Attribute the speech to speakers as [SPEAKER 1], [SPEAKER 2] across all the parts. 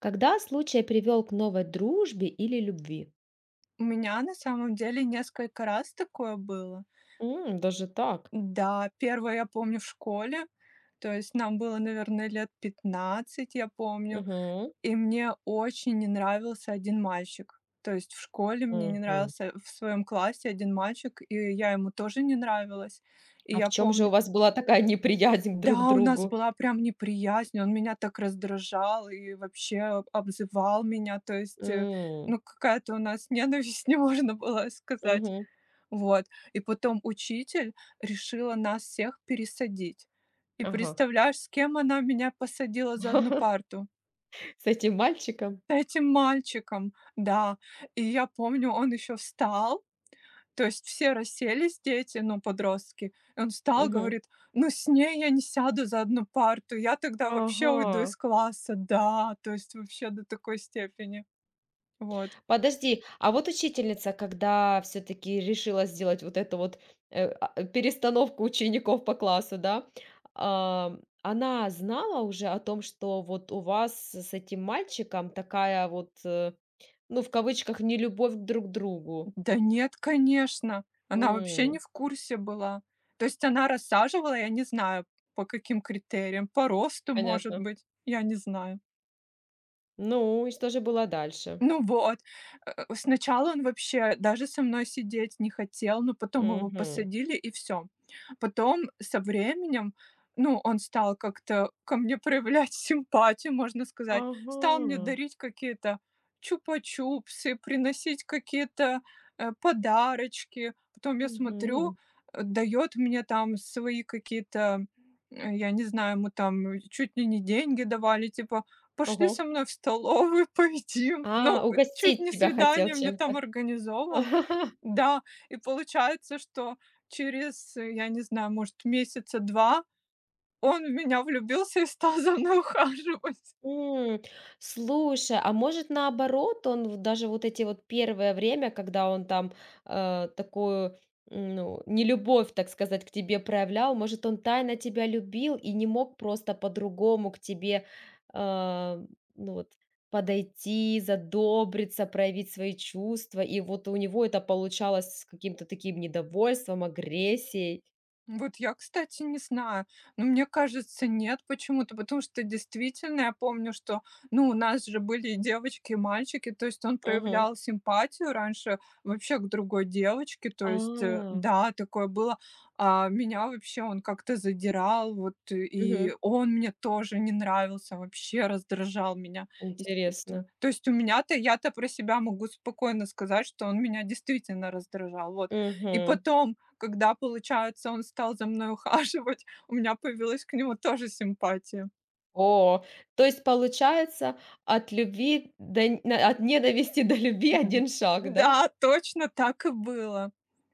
[SPEAKER 1] Когда случай привел к новой дружбе или любви?
[SPEAKER 2] У меня на самом деле несколько раз такое было.
[SPEAKER 1] М, даже так.
[SPEAKER 2] Да, первое я помню в школе, то есть нам было, наверное, лет 15, я помню,
[SPEAKER 1] Мгм.
[SPEAKER 2] и мне очень не нравился один мальчик. То есть в школе мне не
[SPEAKER 1] Мгм.
[SPEAKER 2] нравился в своем классе один мальчик, и я ему тоже не нравилась. И
[SPEAKER 1] А в
[SPEAKER 2] я
[SPEAKER 1] чем же у
[SPEAKER 2] помню,
[SPEAKER 1] вас была такая неприязнь друг к
[SPEAKER 2] да, у нас
[SPEAKER 1] другу?
[SPEAKER 2] была прям неприязнь, он меня так раздражал и вообще обзывал меня. То есть,
[SPEAKER 1] М,
[SPEAKER 2] ну, какая-то у нас ненависть, не можно было сказать.
[SPEAKER 1] мгм.
[SPEAKER 2] Вот. И потом учитель решила нас всех пересадить. И
[SPEAKER 1] Ага.
[SPEAKER 2] представляешь, с кем она меня посадила за одну парту?
[SPEAKER 1] С этим мальчиком?
[SPEAKER 2] С этим мальчиком, да. И я помню, он еще встал, то есть все расселись дети, ну, подростки. И он встал,
[SPEAKER 1] Мгм.
[SPEAKER 2] говорит, ну, с ней я не сяду за одну парту, я тогда вообще уйду
[SPEAKER 1] Ага.
[SPEAKER 2] из класса, да, то есть вообще до такой степени. Вот.
[SPEAKER 1] Подожди, а вот учительница, когда все таки решила сделать вот эту вот, перестановку учеников по классу, да, она знала уже о том, что вот у вас с этим мальчиком такая вот, ну, в кавычках, "нелюбовь друг к другу"?
[SPEAKER 2] Да нет, конечно, она вообще не
[SPEAKER 1] М,
[SPEAKER 2] в курсе была. То есть она рассаживала, я не знаю, по каким критериям, по росту, может
[SPEAKER 1] понятно.
[SPEAKER 2] быть, я не знаю.
[SPEAKER 1] Ну, и что же было дальше?
[SPEAKER 2] Ну вот. Сначала он вообще даже со мной сидеть не хотел, но потом его
[SPEAKER 1] Мгм.
[SPEAKER 2] посадили, и все. Потом со временем, ну, он стал как-то ко мне проявлять симпатию, можно сказать. Стал
[SPEAKER 1] Ага.
[SPEAKER 2] мне дарить какие-то чупа-чупсы, приносить какие-то, подарочки. Потом я смотрю,
[SPEAKER 1] Мгм.
[SPEAKER 2] дает мне там свои какие-то, я не знаю, ему там чуть ли не деньги давали, типа пошли со
[SPEAKER 1] Ого.
[SPEAKER 2] мной в столовую, поедим.
[SPEAKER 1] А,
[SPEAKER 2] Ну, чуть
[SPEAKER 1] угостить
[SPEAKER 2] не
[SPEAKER 1] тебя хотел
[SPEAKER 2] свидание мне там
[SPEAKER 1] чем-то.
[SPEAKER 2] организовал. Да, и получается, что через, я не знаю, может, месяца 2 он в меня влюбился и стал за мной ухаживать.
[SPEAKER 1] М, слушай, а может наоборот, он в даже вот эти вот первое время, когда он там, такую, ну, нелюбовь, так сказать, к тебе проявлял, может, он тайно тебя любил и не мог просто по-другому к тебе, а, ну, вот подойти, задобриться, проявить свои чувства, и вот у него это получалось с каким-то таким недовольством, агрессией?
[SPEAKER 2] Вот я, кстати, не знаю, но мне кажется, нет почему-то, потому что действительно я помню, что, ну, у нас же были и девочки, и мальчики, то есть он
[SPEAKER 1] Мгм.
[SPEAKER 2] проявлял симпатию раньше вообще к другой девочке, то есть,
[SPEAKER 1] А,
[SPEAKER 2] да, такое было, а меня вообще он как-то задирал, вот,
[SPEAKER 1] мгм.
[SPEAKER 2] и он мне тоже не нравился, вообще раздражал меня, естественно.
[SPEAKER 1] Интересно.
[SPEAKER 2] То есть у меня-то, я-то про себя могу спокойно сказать, что он меня действительно раздражал, вот. И
[SPEAKER 1] Мгм.
[SPEAKER 2] потом, когда, получается, он стал за мной ухаживать, у меня появилась к нему тоже симпатия.
[SPEAKER 1] О, то есть получается, от любви до н на от ненависти до любви
[SPEAKER 2] Мгм.
[SPEAKER 1] один шаг, да?
[SPEAKER 2] Да, точно так и было.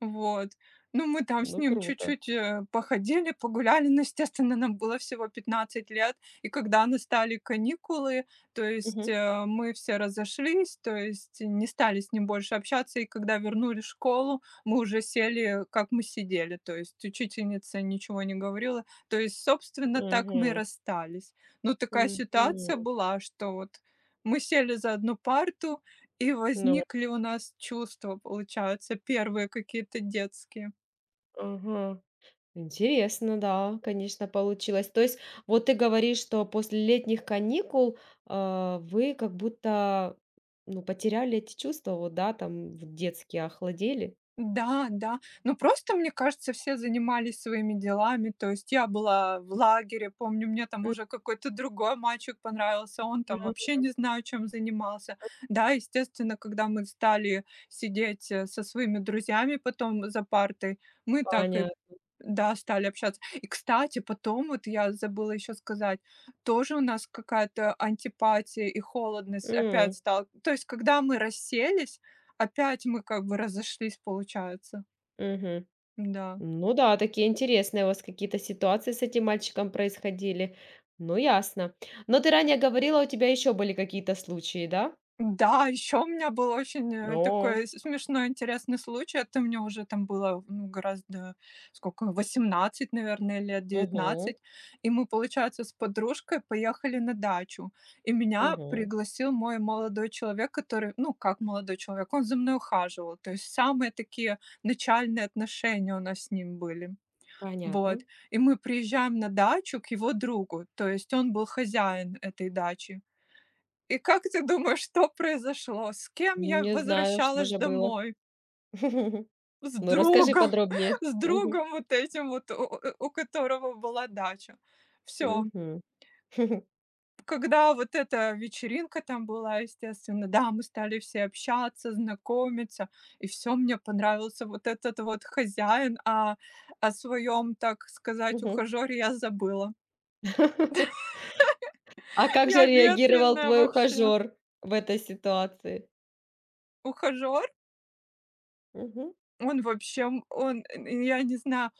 [SPEAKER 2] Вот. Ну, мы там с
[SPEAKER 1] Ну,
[SPEAKER 2] ним
[SPEAKER 1] круто.
[SPEAKER 2] чуть-чуть, походили, погуляли, но, естественно, нам было всего 15 лет. И когда настали каникулы, то есть,
[SPEAKER 1] Мгм.
[SPEAKER 2] мы все разошлись, то есть не стали с ним больше общаться. И когда вернули в школу, мы уже сели, как мы сидели. То есть учительница ничего не говорила. То есть, собственно, так мы и
[SPEAKER 1] Мгм.
[SPEAKER 2] расстались. Ну, такая ситуация
[SPEAKER 1] Мгм.
[SPEAKER 2] была, что вот мы сели за одну парту, и
[SPEAKER 1] Ну,
[SPEAKER 2] возникли у нас чувства, получается, первые какие-то детские.
[SPEAKER 1] ага. Интересно, да, конечно, получилось. То есть вот ты говоришь, что после летних каникул, вы как будто, ну, потеряли эти чувства, вот, да, там, в детские охладели?
[SPEAKER 2] Да, да. Ну, просто, мне кажется, все занимались своими делами. То есть я была в лагере, помню, мне там уже какой-то другой мальчик понравился, он там
[SPEAKER 1] Мгм.
[SPEAKER 2] вообще не знаю, чем занимался. Да, естественно, когда мы стали сидеть со своими друзьями потом за партой, мы так и
[SPEAKER 1] Понятно.
[SPEAKER 2] да, стали общаться. И, кстати, потом, вот я забыла еще сказать, тоже у нас какая-то антипатия и холодность опять
[SPEAKER 1] М.
[SPEAKER 2] стала. То есть, когда мы расселись, опять мы как бы разошлись, получается.
[SPEAKER 1] Мгм.
[SPEAKER 2] Да.
[SPEAKER 1] Ну да, такие интересные у вас какие-то ситуации с этим мальчиком происходили. Ну, ясно. Но ты ранее говорила, у тебя еще были какие-то случаи, да?
[SPEAKER 2] Да, еще у меня был очень,
[SPEAKER 1] О,
[SPEAKER 2] такой с смешной, интересный случай. Это мне уже там было, ну, гораздо, сколько, 18, наверное, лет
[SPEAKER 1] мгм,
[SPEAKER 2] девятнадцать. И мы, получается, с подружкой поехали на дачу. И меня
[SPEAKER 1] мгм.
[SPEAKER 2] пригласил мой молодой человек, который, ну, как молодой человек, он за мной ухаживал. То есть самые такие начальные отношения у нас с ним были. Вот.
[SPEAKER 1] Понятно.
[SPEAKER 2] И мы приезжаем на дачу к его другу, то есть он был хозяин этой дачи. И как ты думаешь, что произошло? С кем я
[SPEAKER 1] Не знаю, что
[SPEAKER 2] возвращалась
[SPEAKER 1] же было.
[SPEAKER 2] домой? С
[SPEAKER 1] Ну, расскажи
[SPEAKER 2] другом,
[SPEAKER 1] подробнее.
[SPEAKER 2] с
[SPEAKER 1] Мгм,
[SPEAKER 2] другом вот этим вот, у которого была дача. Все.
[SPEAKER 1] мгм,
[SPEAKER 2] Когда вот эта вечеринка там была, естественно, да, мы стали все общаться, знакомиться, и все. Мне понравился вот этот вот хозяин, а о своем, так сказать,
[SPEAKER 1] мгм.
[SPEAKER 2] ухажёре я забыла.
[SPEAKER 1] А как
[SPEAKER 2] Я
[SPEAKER 1] же реагировал
[SPEAKER 2] ветреная
[SPEAKER 1] твой
[SPEAKER 2] вообще.
[SPEAKER 1] ухажер в этой ситуации?
[SPEAKER 2] Ухажёр,
[SPEAKER 1] Мгм,
[SPEAKER 2] он вообще, он, я не знаю,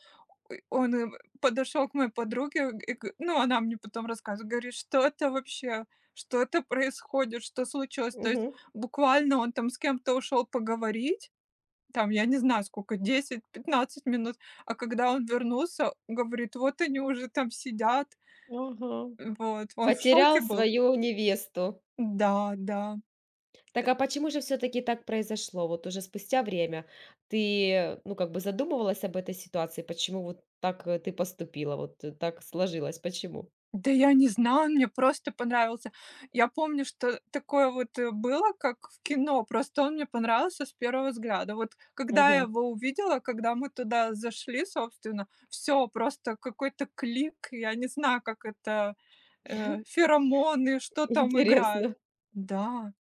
[SPEAKER 2] ой, он, подошел к моей подруге и г ну, она мне потом рассказывает, говорит: «Что это вообще? Что это происходит? Что случилось?» То есть
[SPEAKER 1] мгм.
[SPEAKER 2] буквально он там с кем-то ушел поговорить, там, я не знаю сколько, 10-15 минут, а когда он вернулся, говорит: «Вот они уже там сидят».
[SPEAKER 1] Ага.
[SPEAKER 2] Вот, он в
[SPEAKER 1] Потерял
[SPEAKER 2] шоке был.
[SPEAKER 1] свою невесту.
[SPEAKER 2] Да, да.
[SPEAKER 1] Так а почему же все таки так произошло? Вот уже спустя время ты, ну, как бы задумывалась об этой ситуации? Почему вот так, ты поступила? Вот, так сложилось? Почему?
[SPEAKER 2] Да я не знаю, он мне просто понравился. Я помню, что такое вот, было, как в кино, просто он мне понравился с первого взгляда. Вот когда я
[SPEAKER 1] Мгм.
[SPEAKER 2] его увидела, когда мы туда зашли, собственно, все просто какой-то клик, я не знаю, как это, феромоны, что там играет.
[SPEAKER 1] Интересно.
[SPEAKER 2] Да,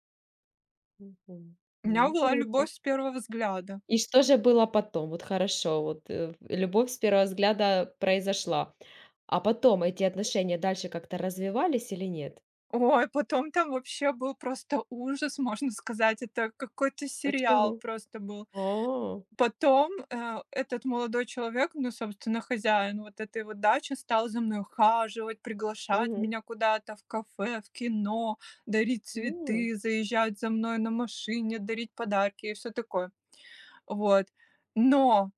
[SPEAKER 1] Мгм.
[SPEAKER 2] у меня
[SPEAKER 1] Ну,
[SPEAKER 2] была любовь
[SPEAKER 1] круто.
[SPEAKER 2] с первого взгляда.
[SPEAKER 1] И что же было потом? Вот хорошо, вот, любовь с первого взгляда произошла. А потом эти отношения дальше как-то развивались или нет?
[SPEAKER 2] Ой, потом там вообще был просто ужас, можно сказать. Это какой-то сериал
[SPEAKER 1] Почему?
[SPEAKER 2] просто был.
[SPEAKER 1] О
[SPEAKER 2] Потом, этот молодой человек, ну, собственно, хозяин вот этой вот дачи, стал за мной ухаживать, приглашать
[SPEAKER 1] Мгм.
[SPEAKER 2] меня куда-то в кафе, в кино, дарить
[SPEAKER 1] М.
[SPEAKER 2] цветы, заезжать за мной на машине, дарить подарки и все такое. Вот. Но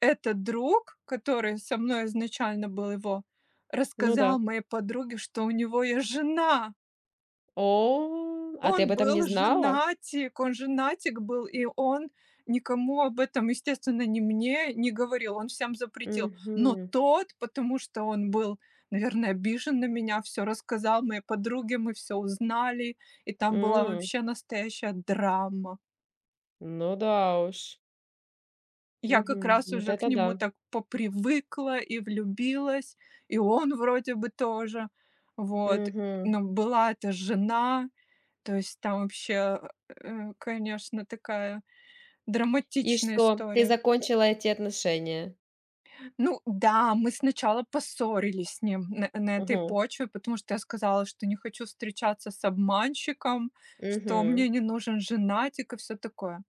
[SPEAKER 2] этот друг, который со мной изначально был его,
[SPEAKER 1] Ну да.
[SPEAKER 2] рассказал моей подруге, что у него есть жена.
[SPEAKER 1] О, а ты об
[SPEAKER 2] Он
[SPEAKER 1] этом не
[SPEAKER 2] был
[SPEAKER 1] знала?
[SPEAKER 2] женатик, он женатик был, и он никому об этом, естественно, ни мне не говорил, он всем запретил. Но
[SPEAKER 1] Мгм.
[SPEAKER 2] тот, потому что он был, наверное, обижен на меня, все рассказал моей подруге, мы все узнали, и там была
[SPEAKER 1] М,
[SPEAKER 2] вообще настоящая драма.
[SPEAKER 1] ну да уж.
[SPEAKER 2] Я как
[SPEAKER 1] Мгм.
[SPEAKER 2] раз
[SPEAKER 1] Вот
[SPEAKER 2] уже к
[SPEAKER 1] это
[SPEAKER 2] нему
[SPEAKER 1] да.
[SPEAKER 2] так попривыкла и влюбилась, и он вроде бы тоже. Вот.
[SPEAKER 1] Мгм.
[SPEAKER 2] Но была эта жена, то есть там вообще, конечно, такая
[SPEAKER 1] И
[SPEAKER 2] драматичная
[SPEAKER 1] что? Ты
[SPEAKER 2] история.
[SPEAKER 1] закончила эти отношения?
[SPEAKER 2] Ну да, мы сначала поссорились с ним на этой
[SPEAKER 1] Мгм.
[SPEAKER 2] почве, потому что я сказала, что не хочу встречаться с обманщиком, что мне
[SPEAKER 1] Мгм.
[SPEAKER 2] не нужен женатик и все такое.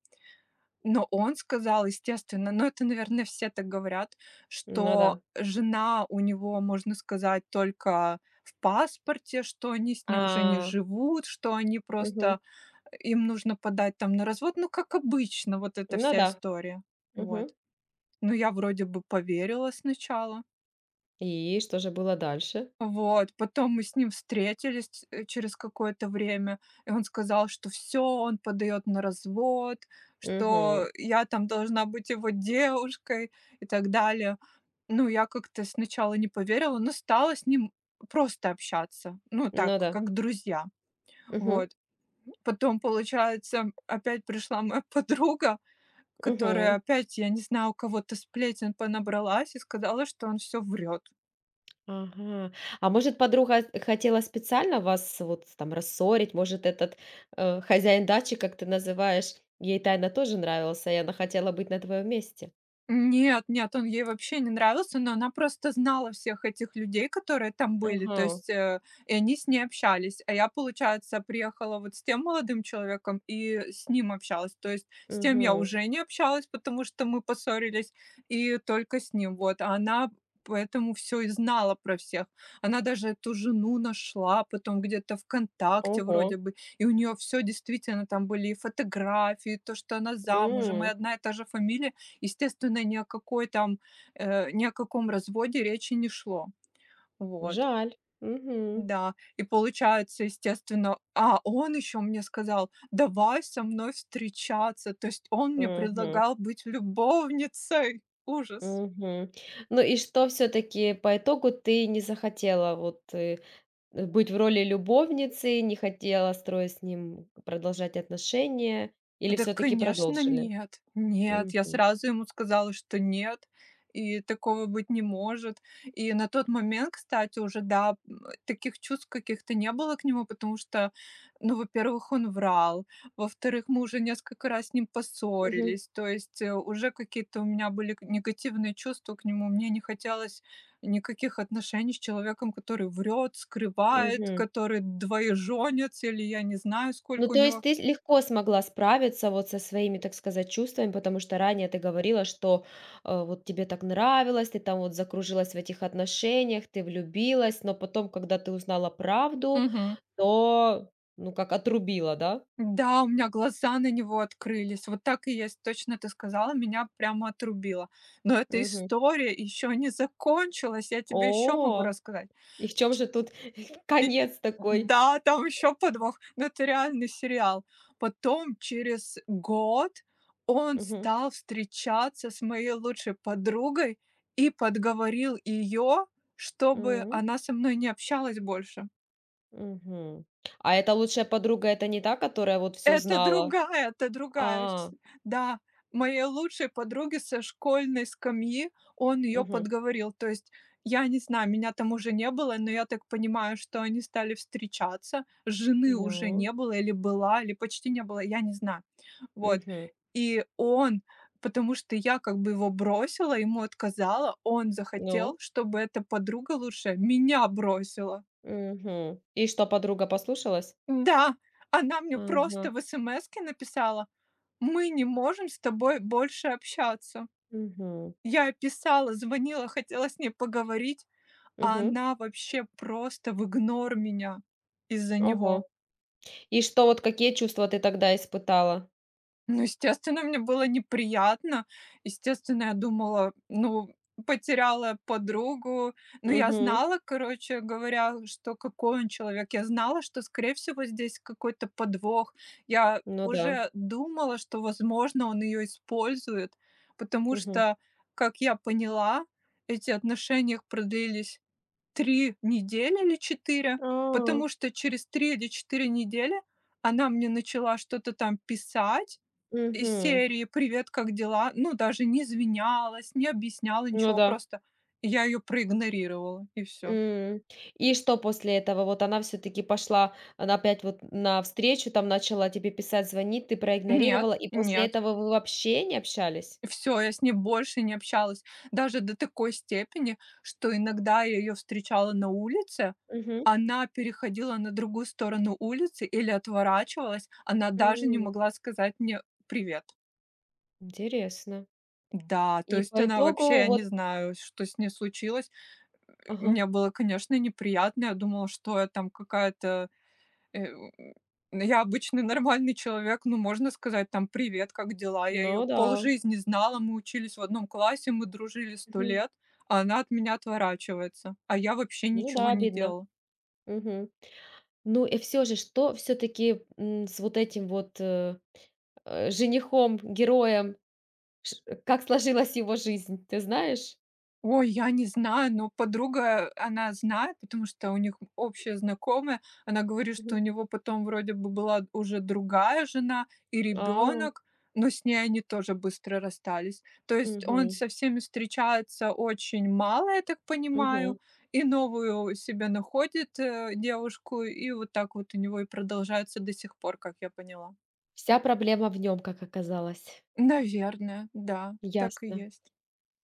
[SPEAKER 2] Но он сказал, естественно, но это, наверное, все так говорят,
[SPEAKER 1] Ну
[SPEAKER 2] что
[SPEAKER 1] да.
[SPEAKER 2] жена у него, можно сказать, только в паспорте, что они с ней уже не
[SPEAKER 1] А,
[SPEAKER 2] живут, что они
[SPEAKER 1] мгм.
[SPEAKER 2] просто, им нужно подать там на развод. Ну, как обычно, вот эта
[SPEAKER 1] Ну
[SPEAKER 2] вся
[SPEAKER 1] да.
[SPEAKER 2] история. Вот.
[SPEAKER 1] Мгм.
[SPEAKER 2] Но я вроде бы поверила сначала.
[SPEAKER 1] И что же было дальше?
[SPEAKER 2] Вот, потом мы с ним встретились, через какое-то время, и он сказал, что все, он подает на развод, что
[SPEAKER 1] Мгм.
[SPEAKER 2] я там должна быть его девушкой и так далее. Ну, я как-то сначала не поверила, но стала с ним просто общаться, ну так,
[SPEAKER 1] Ну да.
[SPEAKER 2] как друзья.
[SPEAKER 1] Мгм.
[SPEAKER 2] Вот. Потом, получается, опять пришла моя подруга, которая
[SPEAKER 1] Мгм.
[SPEAKER 2] опять, я не знаю, у кого-то сплетен понабралась и сказала, что он все врет.
[SPEAKER 1] Ага. А может, подруга хотела специально вас вот там рассорить? Может, этот, хозяин дачи, как ты называешь, ей тайно тоже нравился, и она хотела быть на твоем месте?
[SPEAKER 2] Нет, нет, он ей вообще не нравился, но она просто знала всех этих людей, которые там были, то
[SPEAKER 1] Ага.
[SPEAKER 2] есть, и они с ней общались. А я, получается, приехала вот с тем молодым человеком и с ним общалась. То есть с тем я
[SPEAKER 1] Мгм.
[SPEAKER 2] уже не общалась, потому что мы поссорились, и только с ним, вот. А она поэтому все и знала про всех. Она даже эту жену нашла потом где-то «ВКонтакте»
[SPEAKER 1] Ого.
[SPEAKER 2] вроде бы, и у нее все действительно там были и фотографии, и то, что она замужем, и
[SPEAKER 1] М,
[SPEAKER 2] одна и та же фамилия. Естественно, ни о какой там, ни о каком разводе речи не шло. Вот.
[SPEAKER 1] жаль. Мгм.
[SPEAKER 2] Да, и получается, естественно, а он еще мне сказал: «Давай со мной встречаться». То есть он мне
[SPEAKER 1] Мгм.
[SPEAKER 2] предлагал быть любовницей. Ужас.
[SPEAKER 1] Мгм. Ну и что все таки по итогу ты не захотела вот, быть в роли любовницы, не хотела строить с ним, продолжать отношения или
[SPEAKER 2] Да,
[SPEAKER 1] все таки
[SPEAKER 2] конечно,
[SPEAKER 1] продолжили?
[SPEAKER 2] нет. Нет,
[SPEAKER 1] Мгм.
[SPEAKER 2] я сразу ему сказала, что нет, и такого быть не может. И на тот момент, кстати, уже, да, таких чувств каких-то не было к нему, потому что, ну, во-первых, он врал, во-вторых, мы уже несколько раз с ним
[SPEAKER 1] Мгм.
[SPEAKER 2] поссорились, то есть уже какие-то у меня были негативные чувства к нему, мне не хотелось никаких отношений с человеком, который врет, скрывает,
[SPEAKER 1] Мгм.
[SPEAKER 2] который двоеженец, или я не знаю,
[SPEAKER 1] Ну,
[SPEAKER 2] сколько у
[SPEAKER 1] то есть
[SPEAKER 2] него.
[SPEAKER 1] ты легко смогла справиться вот со своими, так сказать, чувствами, потому что ранее ты говорила, что вот тебе так нравилось, ты там вот закружилась в этих отношениях, ты влюбилась, но потом, когда ты узнала правду,
[SPEAKER 2] Мгм.
[SPEAKER 1] то, ну, как отрубила, да?
[SPEAKER 2] Да, у меня глаза на него открылись. Вот так и есть, точно ты сказала, меня прямо отрубило. Но эта
[SPEAKER 1] Мгм.
[SPEAKER 2] история еще не закончилась, я тебе еще могу
[SPEAKER 1] О,
[SPEAKER 2] рассказать.
[SPEAKER 1] и в чем же тут
[SPEAKER 2] И
[SPEAKER 1] конец такой?
[SPEAKER 2] да, там еще подвох, но это реальный сериал. Потом через год он
[SPEAKER 1] Мгм.
[SPEAKER 2] стал встречаться с моей лучшей подругой и подговорил ее, чтобы
[SPEAKER 1] М,
[SPEAKER 2] она со мной не общалась больше.
[SPEAKER 1] мгм. А это лучшая подруга, это не та, которая вот все знала?
[SPEAKER 2] Это другая вс
[SPEAKER 1] А,
[SPEAKER 2] Да, моей лучшей подруге со школьной скамьи он ее
[SPEAKER 1] мгм.
[SPEAKER 2] подговорил. То есть, я не знаю, меня там уже не было, но я так понимаю, что они стали встречаться. Жены уже
[SPEAKER 1] Ну,
[SPEAKER 2] не было или была, или почти не было, я не знаю. Вот.
[SPEAKER 1] мгм.
[SPEAKER 2] И он, потому что я как бы его бросила, ему отказала, он захотел,
[SPEAKER 1] Ну.
[SPEAKER 2] чтобы эта подруга лучше меня бросила.
[SPEAKER 1] Мгм. И что, подруга послушалась?
[SPEAKER 2] Да, она мне
[SPEAKER 1] Ага.
[SPEAKER 2] просто в эсэмэске написала: мы не можем с тобой больше общаться.
[SPEAKER 1] Мгм.
[SPEAKER 2] Я писала, звонила, хотела с ней поговорить, а
[SPEAKER 1] Мгм.
[SPEAKER 2] она вообще просто в игнор меня из-за него.
[SPEAKER 1] Ого. И что, вот какие чувства ты тогда испытала?
[SPEAKER 2] Ну, естественно, мне было неприятно. Естественно, я думала, ну, потеряла подругу. Но я
[SPEAKER 1] Мгм.
[SPEAKER 2] знала, короче говоря, что какой он человек. Я знала, что, скорее всего, здесь какой-то подвох. Я
[SPEAKER 1] Ну да.
[SPEAKER 2] уже думала, что, возможно, он ее использует, потому
[SPEAKER 1] Мгм.
[SPEAKER 2] что, как я поняла, эти отношения их продлились 3 недели или 4,
[SPEAKER 1] А.
[SPEAKER 2] потому что через 3 или 4 недели она мне начала что-то там писать, из
[SPEAKER 1] Мгм.
[SPEAKER 2] серии «Привет, как дела?» Ну, даже не извинялась, не объясняла
[SPEAKER 1] Ну
[SPEAKER 2] ничего,
[SPEAKER 1] да.
[SPEAKER 2] просто я ее проигнорировала, и все.
[SPEAKER 1] М. И что после этого? Вот она все-таки пошла, она опять вот на встречу там начала тебе писать, звонить, ты проигнорировала,
[SPEAKER 2] Нет,
[SPEAKER 1] и после
[SPEAKER 2] нет.
[SPEAKER 1] этого вы вообще не общались?
[SPEAKER 2] Все, я с ней больше не общалась. Даже до такой степени, что иногда я ее встречала на улице,
[SPEAKER 1] Мгм.
[SPEAKER 2] она переходила на другую сторону улицы или отворачивалась, она даже не
[SPEAKER 1] М.
[SPEAKER 2] могла сказать мне «привет».
[SPEAKER 1] Интересно.
[SPEAKER 2] Да, то
[SPEAKER 1] И
[SPEAKER 2] есть
[SPEAKER 1] по
[SPEAKER 2] она вообще,
[SPEAKER 1] итогу
[SPEAKER 2] я не
[SPEAKER 1] вот.
[SPEAKER 2] знаю, что с ней случилось. Э,
[SPEAKER 1] Ага.
[SPEAKER 2] мне было, конечно, неприятно. Я думала, что я там какая-то. Э, я обычный нормальный человек, ну, можно сказать там: «Привет, как дела?» Я ее
[SPEAKER 1] Ну да.
[SPEAKER 2] полжизни знала, мы учились в одном классе, мы дружили сто
[SPEAKER 1] Мгм.
[SPEAKER 2] лет, а она от меня отворачивается, а я вообще
[SPEAKER 1] Ну
[SPEAKER 2] ничего
[SPEAKER 1] да,
[SPEAKER 2] не
[SPEAKER 1] обидно.
[SPEAKER 2] делала.
[SPEAKER 1] Мгм. Ну и все же, что все таки с вот этим вот, женихом, героем, как сложилась его жизнь, ты знаешь?
[SPEAKER 2] Ой, я не знаю, но подруга, она знает, потому что у них общая знакомая. Она говорит, что у
[SPEAKER 1] Мгм.
[SPEAKER 2] него потом вроде бы была уже другая жена и
[SPEAKER 1] А,
[SPEAKER 2] ребенок, но с ней они тоже быстро расстались. То есть он
[SPEAKER 1] мгм,
[SPEAKER 2] со всеми встречается очень мало, я так
[SPEAKER 1] мгм.
[SPEAKER 2] понимаю, и новую себе находит, девушку, и вот так вот у него и продолжается до сих пор, как я поняла.
[SPEAKER 1] Вся проблема в нем, как оказалось.
[SPEAKER 2] Наверное, да, так и
[SPEAKER 1] Ясно.
[SPEAKER 2] есть.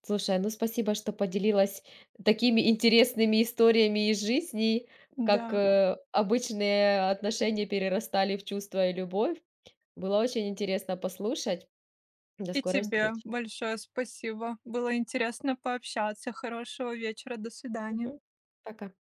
[SPEAKER 1] Слушай, ну спасибо, что поделилась такими интересными историями из жизни, как,
[SPEAKER 2] Да.
[SPEAKER 1] обычные отношения перерастали в чувства и любовь. Было очень интересно послушать. До
[SPEAKER 2] И
[SPEAKER 1] скорой
[SPEAKER 2] тебе
[SPEAKER 1] встречи.
[SPEAKER 2] большое спасибо. Было интересно пообщаться. Хорошего вечера. До свидания.
[SPEAKER 1] Мгм. Пока.